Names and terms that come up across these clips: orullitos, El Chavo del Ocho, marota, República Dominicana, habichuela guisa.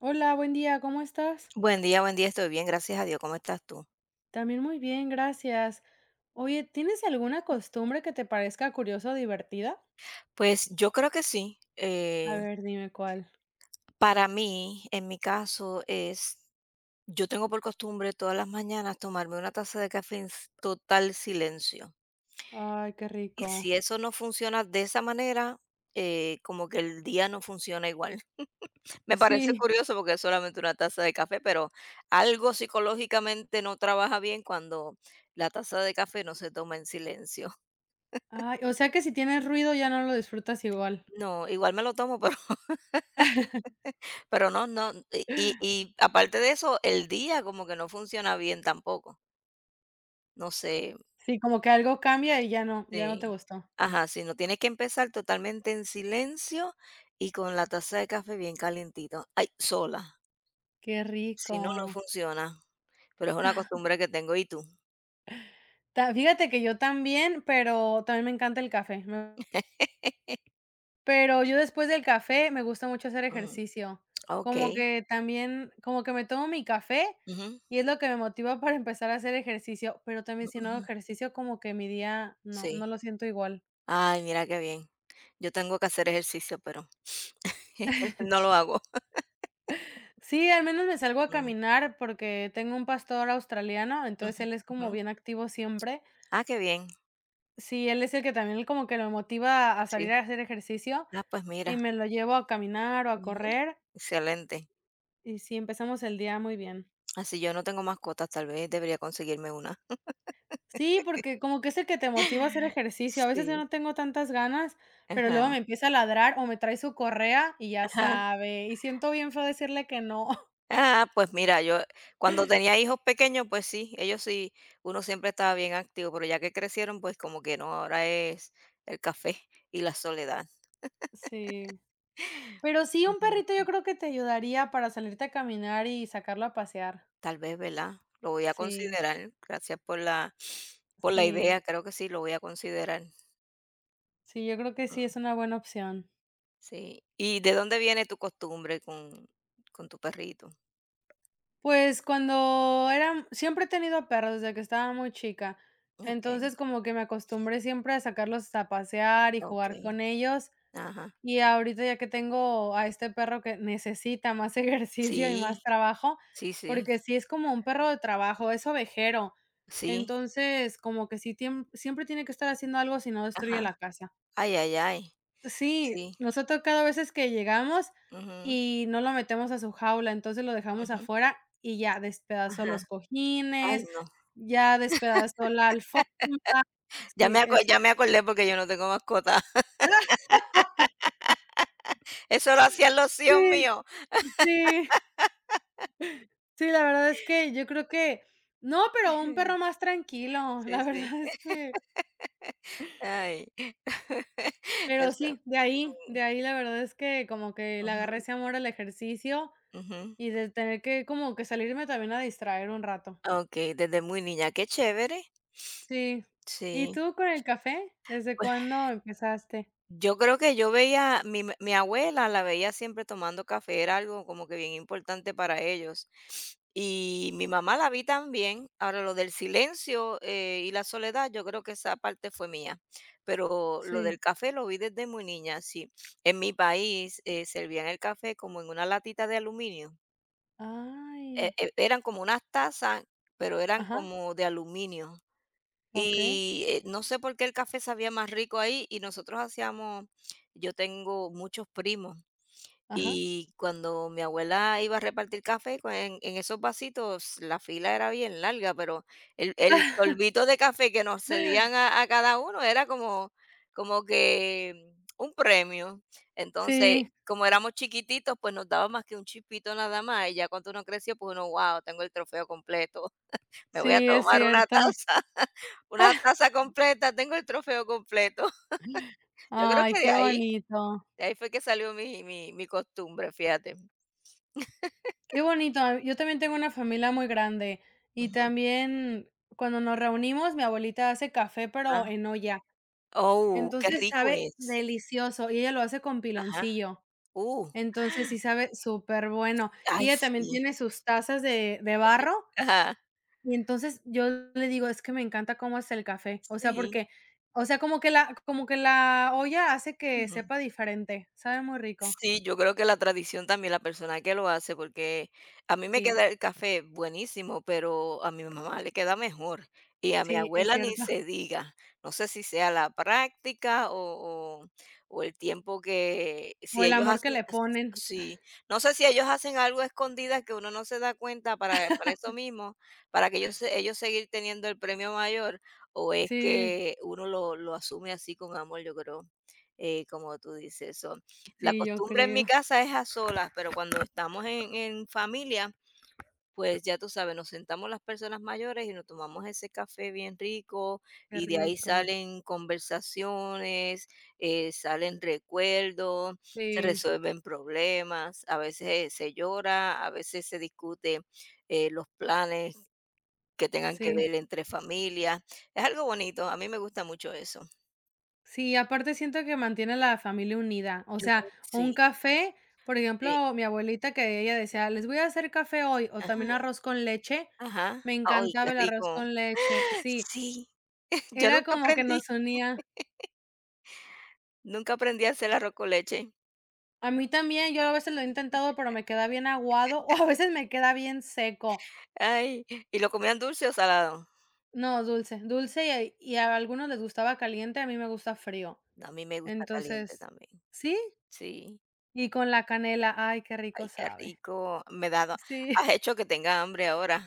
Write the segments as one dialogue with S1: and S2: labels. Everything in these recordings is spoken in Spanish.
S1: Hola, buen día, ¿cómo estás?
S2: Buen día, estoy bien, gracias a Dios. ¿Cómo estás tú?
S1: También muy bien, gracias. Oye, ¿tienes alguna costumbre que te parezca curiosa o divertida?
S2: Pues yo creo que sí.
S1: A ver, dime cuál.
S2: Para mí, en mi caso, es, yo tengo por costumbre todas las mañanas tomarme una taza de café en total silencio.
S1: Ay, qué
S2: Y
S1: rico.
S2: si eso no funciona de esa manera, como que el día no funciona igual. Me parece
S1: Sí.
S2: curioso porque es solamente una taza de café, pero algo psicológicamente no trabaja bien cuando la taza de café no se toma en silencio.
S1: Ay, o sea que si tienes ruido ya no lo disfrutas igual.
S2: No, igual me lo tomo, pero Pero no, no, y aparte de eso, el día como que no funciona bien tampoco. No sé,
S1: Sí, como que algo cambia y ya no, ya no
S2: sí.
S1: te gustó.
S2: Ajá, sí, no, tienes que empezar totalmente en silencio y con la taza de café bien calentito. Ay, sola,
S1: Qué
S2: si no, no
S1: rico.
S2: funciona, pero es una costumbre que tengo, ¿y tú?
S1: Fíjate que yo también, pero también me encanta el café. Me pero yo después del café me gusta mucho hacer
S2: Mm,
S1: ejercicio. Como
S2: okey.
S1: que también como que me tomo mi café
S2: Ujú,
S1: y es lo que me motiva para empezar a hacer ejercicio, pero también
S2: mm,
S1: si no hago
S2: ujú,
S1: ejercicio como que mi día no, no
S2: sí.
S1: lo siento igual.
S2: Ay, mira qué bien. Yo tengo que hacer ejercicio, pero no lo hago.
S1: Sí, al menos me salgo a
S2: Mm,
S1: caminar porque tengo un pastor australiano, entonces
S2: ujú,
S1: él es como
S2: ujú.
S1: bien activo siempre.
S2: Ah, qué bien.
S1: Sí, él es el que también como que lo motiva a salir
S2: Sí.
S1: a hacer ejercicio
S2: Ah, pues
S1: y
S2: mira.
S1: me lo llevo a caminar o a
S2: Ujú.
S1: correr
S2: Excelente.
S1: y sí, empezamos el día muy bien.
S2: Así yo no tengo mascotas, tal vez debería conseguirme una.
S1: Sí, porque como que es el que te motiva a hacer ejercicio. A veces yo
S2: Sí.
S1: no tengo tantas ganas, pero luego
S2: Ajá,
S1: me empieza a ladrar o me trae su correa y ya
S2: ajá.
S1: sabe, y siento bien feo decirle que no.
S2: Ah, pues mira, yo cuando tenía hijos pequeños, pues sí, ellos sí, uno siempre estaba bien activo, pero ya que crecieron, pues como que no, ahora es el café y la soledad.
S1: Sí. Pero sí, un
S2: Ujú.
S1: perrito yo creo que te ayudaría para salirte a caminar y sacarlo a pasear.
S2: Tal vez, ¿verdad? Lo voy a
S1: Sí,
S2: considerar. Gracias por la
S1: sí,
S2: idea, creo que sí, lo voy a considerar.
S1: sí, yo creo que
S2: Ujú.
S1: sí es una buena opción.
S2: Sí. ¿Y de dónde viene tu costumbre con tu perrito?
S1: Pues cuando era siempre he tenido perros desde que estaba muy chica.
S2: Ok,
S1: Entonces, como que me acostumbré siempre a sacarlos a pasear y
S2: ok.
S1: jugar con ellos.
S2: Ajá.
S1: Y ahorita ya que tengo a este perro que necesita más ejercicio y más
S2: Sí,
S1: trabajo,
S2: sí, sí,
S1: porque sí es como un perro de trabajo, es ovejero.
S2: sí,
S1: Entonces, como que sí tiem siempre tiene que estar haciendo algo si no destruye
S2: ajá.
S1: la casa.
S2: Ay, ay, ay,
S1: Sí,
S2: sí,
S1: nos ha tocado a veces que llegamos
S2: ujú,
S1: y no lo metemos a su jaula, entonces lo dejamos
S2: ujú,
S1: afuera y ya despedazó
S2: ajá.
S1: los
S2: Ay,
S1: cojines,
S2: no.
S1: ya despedazó la alfombra sí, es
S2: Ya me acordé porque yo no tengo mascota. Eso lo hacían los tíos
S1: sí,
S2: míos.
S1: sí. Sí, la verdad es que yo creo que no, pero un perro más tranquilo, la
S2: Sí, sí.
S1: verdad es que
S2: Ay.
S1: pero
S2: Eso.
S1: sí, de ahí
S2: Ujú,
S1: de ahí la verdad es que como que le
S2: ujú,
S1: agarré ese amor al ejercicio
S2: ujú.
S1: y de tener que como que salirme también a distraer un rato.
S2: Okey, desde muy niña, qué chévere.
S1: Sí. ¿Y
S2: Sí.
S1: tú con el café? ¿Desde cuándo empezaste?
S2: Yo creo que yo veía, mi abuela la veía siempre tomando café, era algo como que bien importante para ellos. Y mi mamá la vi también. Ahora, lo del silencio, y la soledad, yo creo que esa parte fue mía. Pero lo
S1: Sí.
S2: del café lo vi desde muy niña, sí. En mi país, servían el café como en una latita de aluminio.
S1: Ay.
S2: Eran como unas tazas, pero eran
S1: Ajá.
S2: como de aluminio.
S1: Okey.
S2: Y, no sé por qué el café sabía más rico ahí, y nosotros hacíamos, yo tengo muchos primos,
S1: Ajá.
S2: y cuando mi abuela iba a repartir café, pues, en esos vasitos la fila era bien larga, pero el polvito de café que nos cedían a cada uno era como que un premio. Entonces,
S1: Sí,
S2: como éramos chiquititos, pues, nos daba más que un chispito nada más, y ya cuando uno creció, pues, uno: "Guau, tengo el trofeo completo, me voy a
S1: sí, es
S2: tomar una
S1: cierto.
S2: taza". Una taza completa, tengo el trofeo completo. Yo creo
S1: Ay,
S2: que de
S1: qué
S2: ahí,
S1: bonito.
S2: de ahí fue que salió mi costumbre, fíjate.
S1: Qué bonito. Yo también tengo una familia muy grande y
S2: Ujú,
S1: también cuando nos reunimos, mi abuelita hace café,
S2: ah,
S1: pero en olla.
S2: oh, qué
S1: Entonces
S2: rico
S1: sabe
S2: es.
S1: delicioso y ella lo hace con piloncillo.
S2: Uh,
S1: Entonces sí sabe súper bueno. Y
S2: Ay,
S1: ella también
S2: sí.
S1: tiene sus tazas de barro
S2: Ajá,
S1: y entonces yo le digo, es que me encanta cómo hace el café. O sea,
S2: sí,
S1: porque, o sea, como que la olla hace que
S2: ujú.
S1: sepa diferente. Sabe muy rico.
S2: Sí, yo creo que la tradición también, la persona que lo hace, porque a mí me
S1: Sí,
S2: queda el café buenísimo, pero a mi mamá le queda mejor y a mi
S1: sí, es
S2: abuela ni
S1: cierto.
S2: se diga. No sé si sea la práctica o el tiempo que,
S1: O
S2: si
S1: el
S2: ellos
S1: amor que
S2: hacen,
S1: le ponen.
S2: sí, no sé si ellos hacen algo a escondidas que uno no se da cuenta para eso mismo, para que ellos, ellos seguir teniendo el premio mayor, o es
S1: Sí.
S2: que uno lo asume así con amor, yo creo, como tú dices. So, la
S1: Sí, yo
S2: costumbre en mi
S1: creo.
S2: casa es a solas, pero cuando estamos en familia, pues ya tú sabes, nos sentamos las personas mayores y nos tomamos ese café bien rico,
S1: Qué
S2: y de ahí
S1: rico.
S2: salen conversaciones, salen recuerdos, se
S1: Sí,
S2: resuelven problemas, a veces se llora, a veces se discute, los planes que tengan que
S1: sí.
S2: ver entre familias. Es algo bonito, a mí me gusta mucho eso.
S1: Sí, aparte siento que mantiene la familia unida. O
S2: Yo
S1: sea,
S2: creo que
S1: un
S2: sí,
S1: café, por
S2: sí.
S1: ejemplo, mi abuelita que ella decía, les voy a hacer café hoy o también
S2: Ajá,
S1: arroz con leche.
S2: ajá.
S1: Me
S2: Ay, qué
S1: encantaba el arroz
S2: rico.
S1: con leche. Sí,
S2: Sí, yo
S1: era
S2: nunca
S1: como que
S2: aprendí,
S1: nos unía.
S2: nunca aprendí a hacer arroz con leche.
S1: A mí también, yo a veces lo he intentado, pero me queda bien aguado o a veces me queda bien seco.
S2: Ay, ¿y lo comían dulce o salado?
S1: No, dulce, dulce y, y a algunos les gustaba caliente, a mí me gusta frío.
S2: No, a mí me gusta caliente
S1: Entonces,
S2: también.
S1: sí,
S2: Sí,
S1: y con la canela, ay, qué rico
S2: ay, qué
S1: sabe.
S2: rico. Me da do
S1: Sí,
S2: Has hecho que tenga hambre ahora.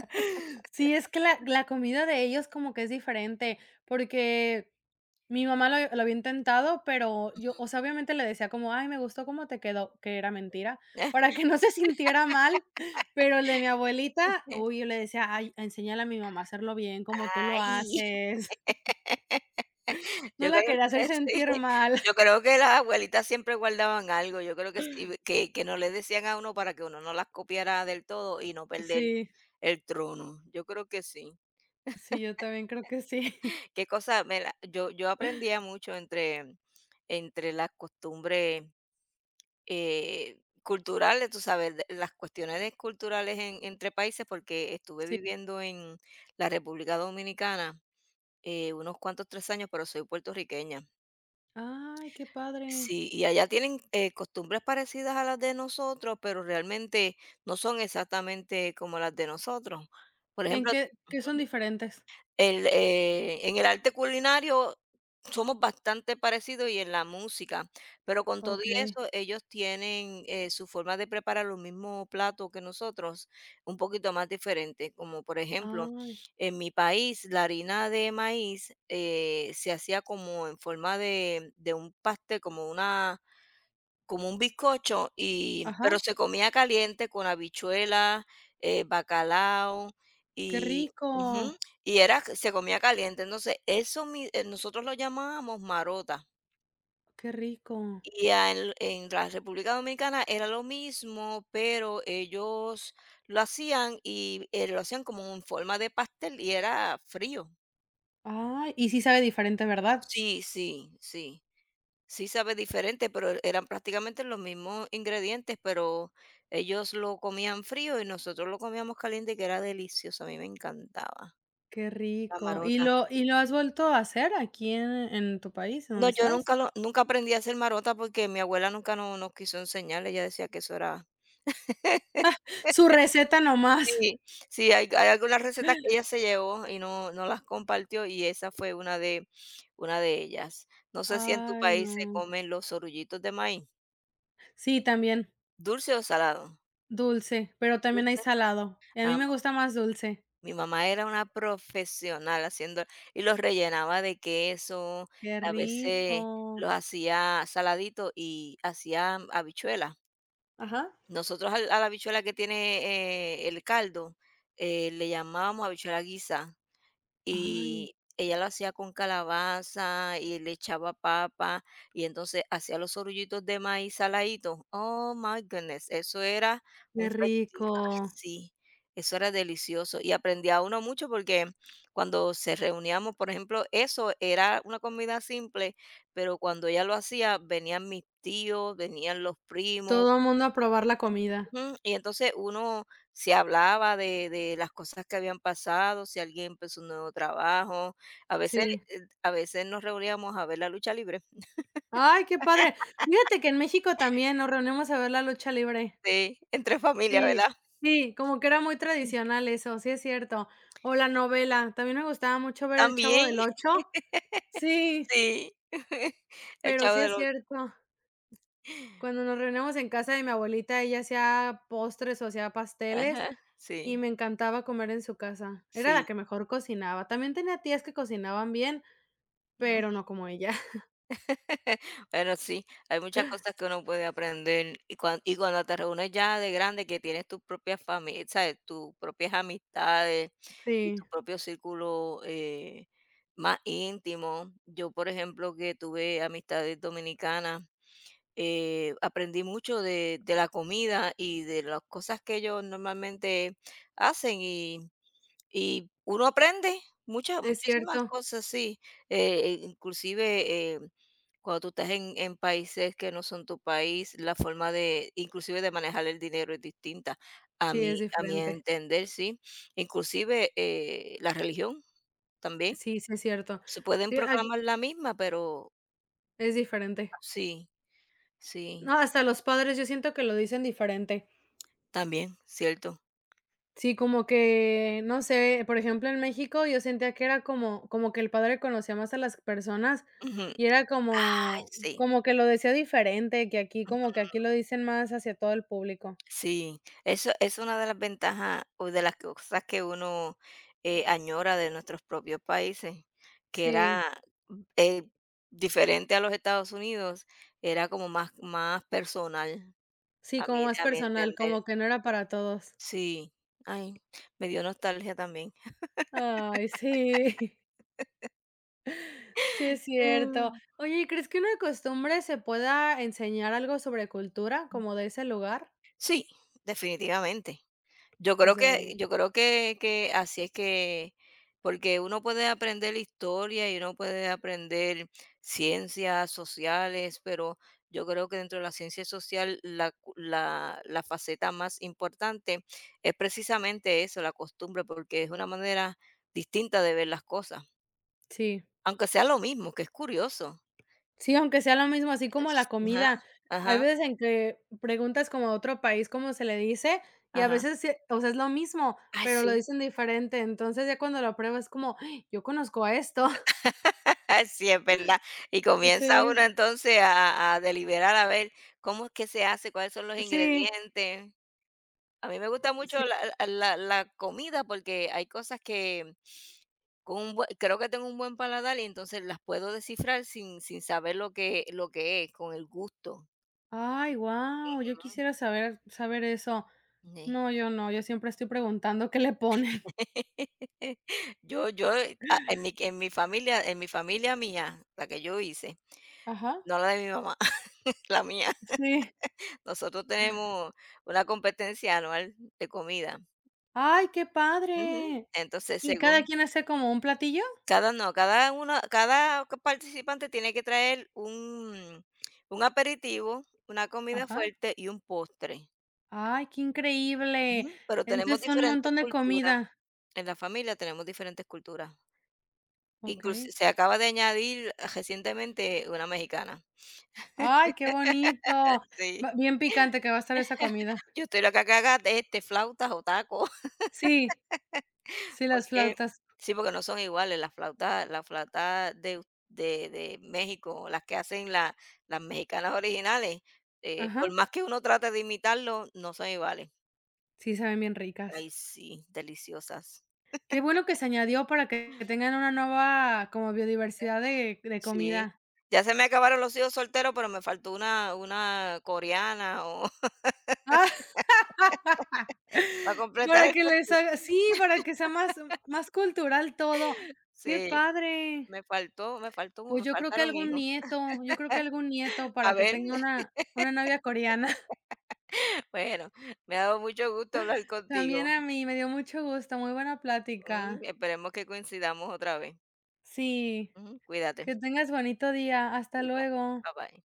S1: sí, es que la comida de ellos como que es diferente, porque mi mamá lo había intentado, pero yo, o sea, obviamente le decía como: "Ay, me gustó cómo te quedó", que era mentira, para que no se sintiera mal, pero el de mi abuelita, uy, yo le decía: "Ay, enséñale a mi mamá a hacerlo bien, como tú lo
S2: Ay.
S1: haces". No
S2: Yo
S1: la
S2: creo
S1: quería hacer
S2: que sí,
S1: sentir mal.
S2: yo creo que las abuelitas siempre guardaban algo, yo creo que sí, que no le decían a uno para que uno no las copiara del todo y no perder
S1: Sí,
S2: el trono, yo creo que sí.
S1: sí, yo también creo que sí.
S2: Qué cosa, me la yo aprendía mucho entre las costumbres, culturales, tú sabes, de las cuestiones de culturales en entre países, porque estuve
S1: Sí.
S2: viviendo en la República Dominicana, unos cuantos 3 años, pero soy puertorriqueña.
S1: Ay, qué padre.
S2: Sí, y allá tienen, costumbres parecidas a las de nosotros, pero realmente no son exactamente como las de nosotros. Por
S1: ¿En
S2: ejemplo,
S1: qué qué son diferentes?
S2: En el arte culinario somos bastante parecidos y en la música, pero con todo y
S1: Okey.
S2: eso, ellos tienen, su forma de preparar los mismos platos que nosotros, un poquito más diferente. Como por ejemplo,
S1: Ay,
S2: en mi país, la harina de maíz, se hacía como en forma de un pastel, como una como un bizcocho
S1: ajá,
S2: pero se comía caliente con habichuela, bacalao
S1: qué
S2: y ujú,
S1: rico,
S2: y era se comía caliente. Entonces, eso mi nosotros lo llamábamos marota.
S1: qué rico.
S2: Y a en la República Dominicana era lo mismo, pero ellos lo hacían como en forma de pastel y era frío.
S1: Ay, y sí sabe diferente, ¿verdad?
S2: Sí, sí, sí. Sí sabe diferente, pero eran prácticamente los mismos ingredientes, pero ellos lo comían frío y nosotros lo comíamos caliente, que era delicioso, a mí me encantaba
S1: Qué
S2: la
S1: rico. ¿Y
S2: marota.
S1: lo y lo has vuelto a hacer aquí en tu país, en donde
S2: No, yo
S1: estás?
S2: nunca lo nunca aprendí a hacer marota porque mi abuela nunca nos quiso enseñar, ella decía que eso era.
S1: Su receta nomás.
S2: Sí, sí, hay algunas recetas que ella se llevó y no, no las compartió y esa fue una de ellas. No sé si en tu
S1: Ay,
S2: país se
S1: no.
S2: comen los orullitos de maíz,
S1: Sí, también
S2: dulce o salado.
S1: dulce, pero también hay
S2: Dulce.
S1: salado, y a mí me gusta más dulce.
S2: Mi mamá era una profesional haciendo y los rellenaba de queso,
S1: Qué
S2: a veces
S1: rico.
S2: los hacía saladitos y hacía habichuelas.
S1: Ajá.
S2: Nosotros al a la habichuela que tiene, el caldo, le llamábamos habichuela guisa
S1: Ay,
S2: y ella lo hacía con calabaza y le echaba papa y entonces hacía los orullitos de maíz saladitos. Oh my goodness, eso era
S1: qué
S2: un festín. Ay,
S1: rico.
S2: sí, eso era delicioso y aprendía uno mucho porque cuando se reuníamos, por ejemplo, eso era una comida simple, pero cuando ella lo hacía, venían mis tíos, venían los primos,
S1: Todo el mundo a probar la comida.
S2: ujú, y entonces uno se hablaba de las cosas que habían pasado, si alguien empezó un nuevo trabajo, a veces
S1: Sí.
S2: eh, a veces nos reuníamos a ver la lucha libre.
S1: Ay, qué padre. Fíjate que en México también nos reunimos a ver la lucha libre.
S2: Sí, entre familias,
S1: Sí,
S2: ¿verdad?
S1: sí, como que era muy tradicional eso, sí es cierto. O la novela, también me gustaba mucho ver El Chavo
S2: También,
S1: del Ocho. Sí,
S2: sí. El
S1: pero
S2: Chavo
S1: sí es
S2: del Ocho.
S1: cierto. Cuando nos reuníamos en casa de mi abuelita, ella hacía postres o hacía pasteles
S2: Ajá,
S1: y
S2: sí,
S1: me encantaba comer en su casa. Era la
S2: sí.
S1: que mejor cocinaba. También tenía tías que cocinaban bien, pero no como ella.
S2: Bueno, sí, hay muchas cosas que uno puede aprender y, y cuando te reúnes ya de grande, que tienes tus propias familias, ¿sabes? Tus propias amistades y
S1: Sí,
S2: tu propio círculo, más íntimo. Yo, por ejemplo, que tuve amistades dominicanas, aprendí mucho de la comida y de las cosas que ellos normalmente hacen y uno aprende muchas
S1: es
S2: muchísimas
S1: cierto.
S2: cosas, sí. Inclusive, cuando tú estás en países que no son tu país, la forma de inclusive de manejar el dinero es distinta,
S1: Sí, es
S2: a mi
S1: diferente.
S2: entender, sí. Inclusive, la religión también.
S1: Sí, sí es cierto.
S2: Se pueden
S1: Sí, aquí
S2: proclamar la misma, pero
S1: es diferente.
S2: sí, sí,
S1: No, hasta los padres yo siento que lo dicen diferente.
S2: también, cierto.
S1: Sí, como que, no sé, por ejemplo, en México yo sentía que era como como que el padre conocía más a las personas
S2: Ujú,
S1: y era
S2: ay,
S1: como
S2: sí.
S1: como que lo decía diferente, que aquí como que aquí lo dicen más hacia todo el público.
S2: Sí, eso es una de las ventajas o de las cosas que uno añora de nuestros propios países, que
S1: Sí,
S2: era eh, diferente a los Estados Unidos, era como más, más personal,
S1: sí, como más
S2: a mi
S1: personal,
S2: entender.
S1: como que no era para todos.
S2: Sí, ay, me dio nostalgia también.
S1: Ay, sí, sí es cierto.
S2: Em,
S1: Oye, ¿y crees que una costumbre se pueda enseñar algo sobre cultura como de ese lugar?
S2: sí, definitivamente. Yo
S1: Es
S2: creo
S1: verdad.
S2: que yo creo que que así es que porque uno puede aprender historia y uno puede aprender ciencias sociales, pero yo creo que dentro de la ciencia social la cu la la faceta más importante es precisamente eso, la costumbre, porque es una manera distinta de ver las cosas,
S1: Sí.
S2: aunque sea lo mismo, que es curioso.
S1: Sí, aunque sea lo mismo, así como la
S2: Ajá,
S1: comida. Hay
S2: ajá,
S1: veces en que preguntas como a otro país cómo se le dice y a
S2: ajá.
S1: veces, sí, o sea, es lo mismo,
S2: Ay,
S1: pero lo
S2: sí.
S1: dicen diferente. Entonces, ya cuando lo pruebas es como, ¡ay!, yo conozco a esto.
S2: Así es, ¿verdad? Y comienza
S1: Sí,
S2: uno entonces a deliberar a ver cómo es que se hace, cuáles son los
S1: sí,
S2: ingredientes. A mí me gusta mucho
S1: sí.
S2: la comida porque hay cosas que con un bue creo que tengo un buen paladar y entonces las puedo descifrar sin saber lo que es, con el gusto.
S1: Ay, guau, yo quisiera saber eso.
S2: Mm,
S1: No, yo no, yo siempre estoy preguntando qué le ponen.
S2: Yo, en mi familia mía, la que yo hice,
S1: Ajá,
S2: no la de mi mamá, la mía.
S1: sí.
S2: Nosotros tenemos una competencia anual de comida.
S1: Ay, qué
S2: Ujú.
S1: padre.
S2: Entonces,
S1: ¿Y cada
S2: según
S1: quien hace como un platillo?
S2: cada no, cada uno cada ca participante tiene que traer un aperitivo, una comida
S1: Ajá.
S2: fuerte y un postre.
S1: Ay, qué increíble.
S2: Ujú. Pero tenemos
S1: Entonces, son un
S2: diferentes
S1: montón de
S2: culturas.
S1: comida.
S2: En la familia tenemos diferentes culturas.
S1: Okey.
S2: Incluso se acaba de añadir recientemente una mexicana.
S1: Ay, qué bonito.
S2: Sí.
S1: Va bien picante que va a estar esa comida.
S2: Yo estoy la que haga, flautas o tacos.
S1: Sí, sí, las
S2: Porque
S1: flautas.
S2: sí, porque no son iguales las flautas de us de México, las que hacen la las mexicanas originales, por
S1: Ajá.
S2: más que uno trate de imitarlo, no son iguales.
S1: Sí, saben bien ricas.
S2: Ay, sí, deliciosas.
S1: Qué bueno que se añadió para que tengan una nueva como biodiversidad de
S2: Sí.
S1: comida.
S2: Ya se me acabaron los hijos solteros, pero me faltó una coreana o
S1: Ah,
S2: para completar
S1: para
S2: el
S1: que les
S2: festín.
S1: haga sí, para que sea más más cultural todo. Qué
S2: Sí,
S1: padre. Pues
S2: me
S1: yo creo que
S2: faltaron
S1: algún
S2: hijos.
S1: nieto, yo creo que algún nieto para
S2: A
S1: que
S2: ver,
S1: tenga una novia coreana.
S2: bueno, me ha dado mucho gusto hablar
S1: También
S2: contigo.
S1: a mí, me dio mucho gusto, muy buena
S2: Mm,
S1: plática.
S2: esperemos que coincidamos otra vez.
S1: Sí,
S2: Ujú, cuídate.
S1: que tengas bonito día. Hasta
S2: Igual,
S1: luego.
S2: bye bye.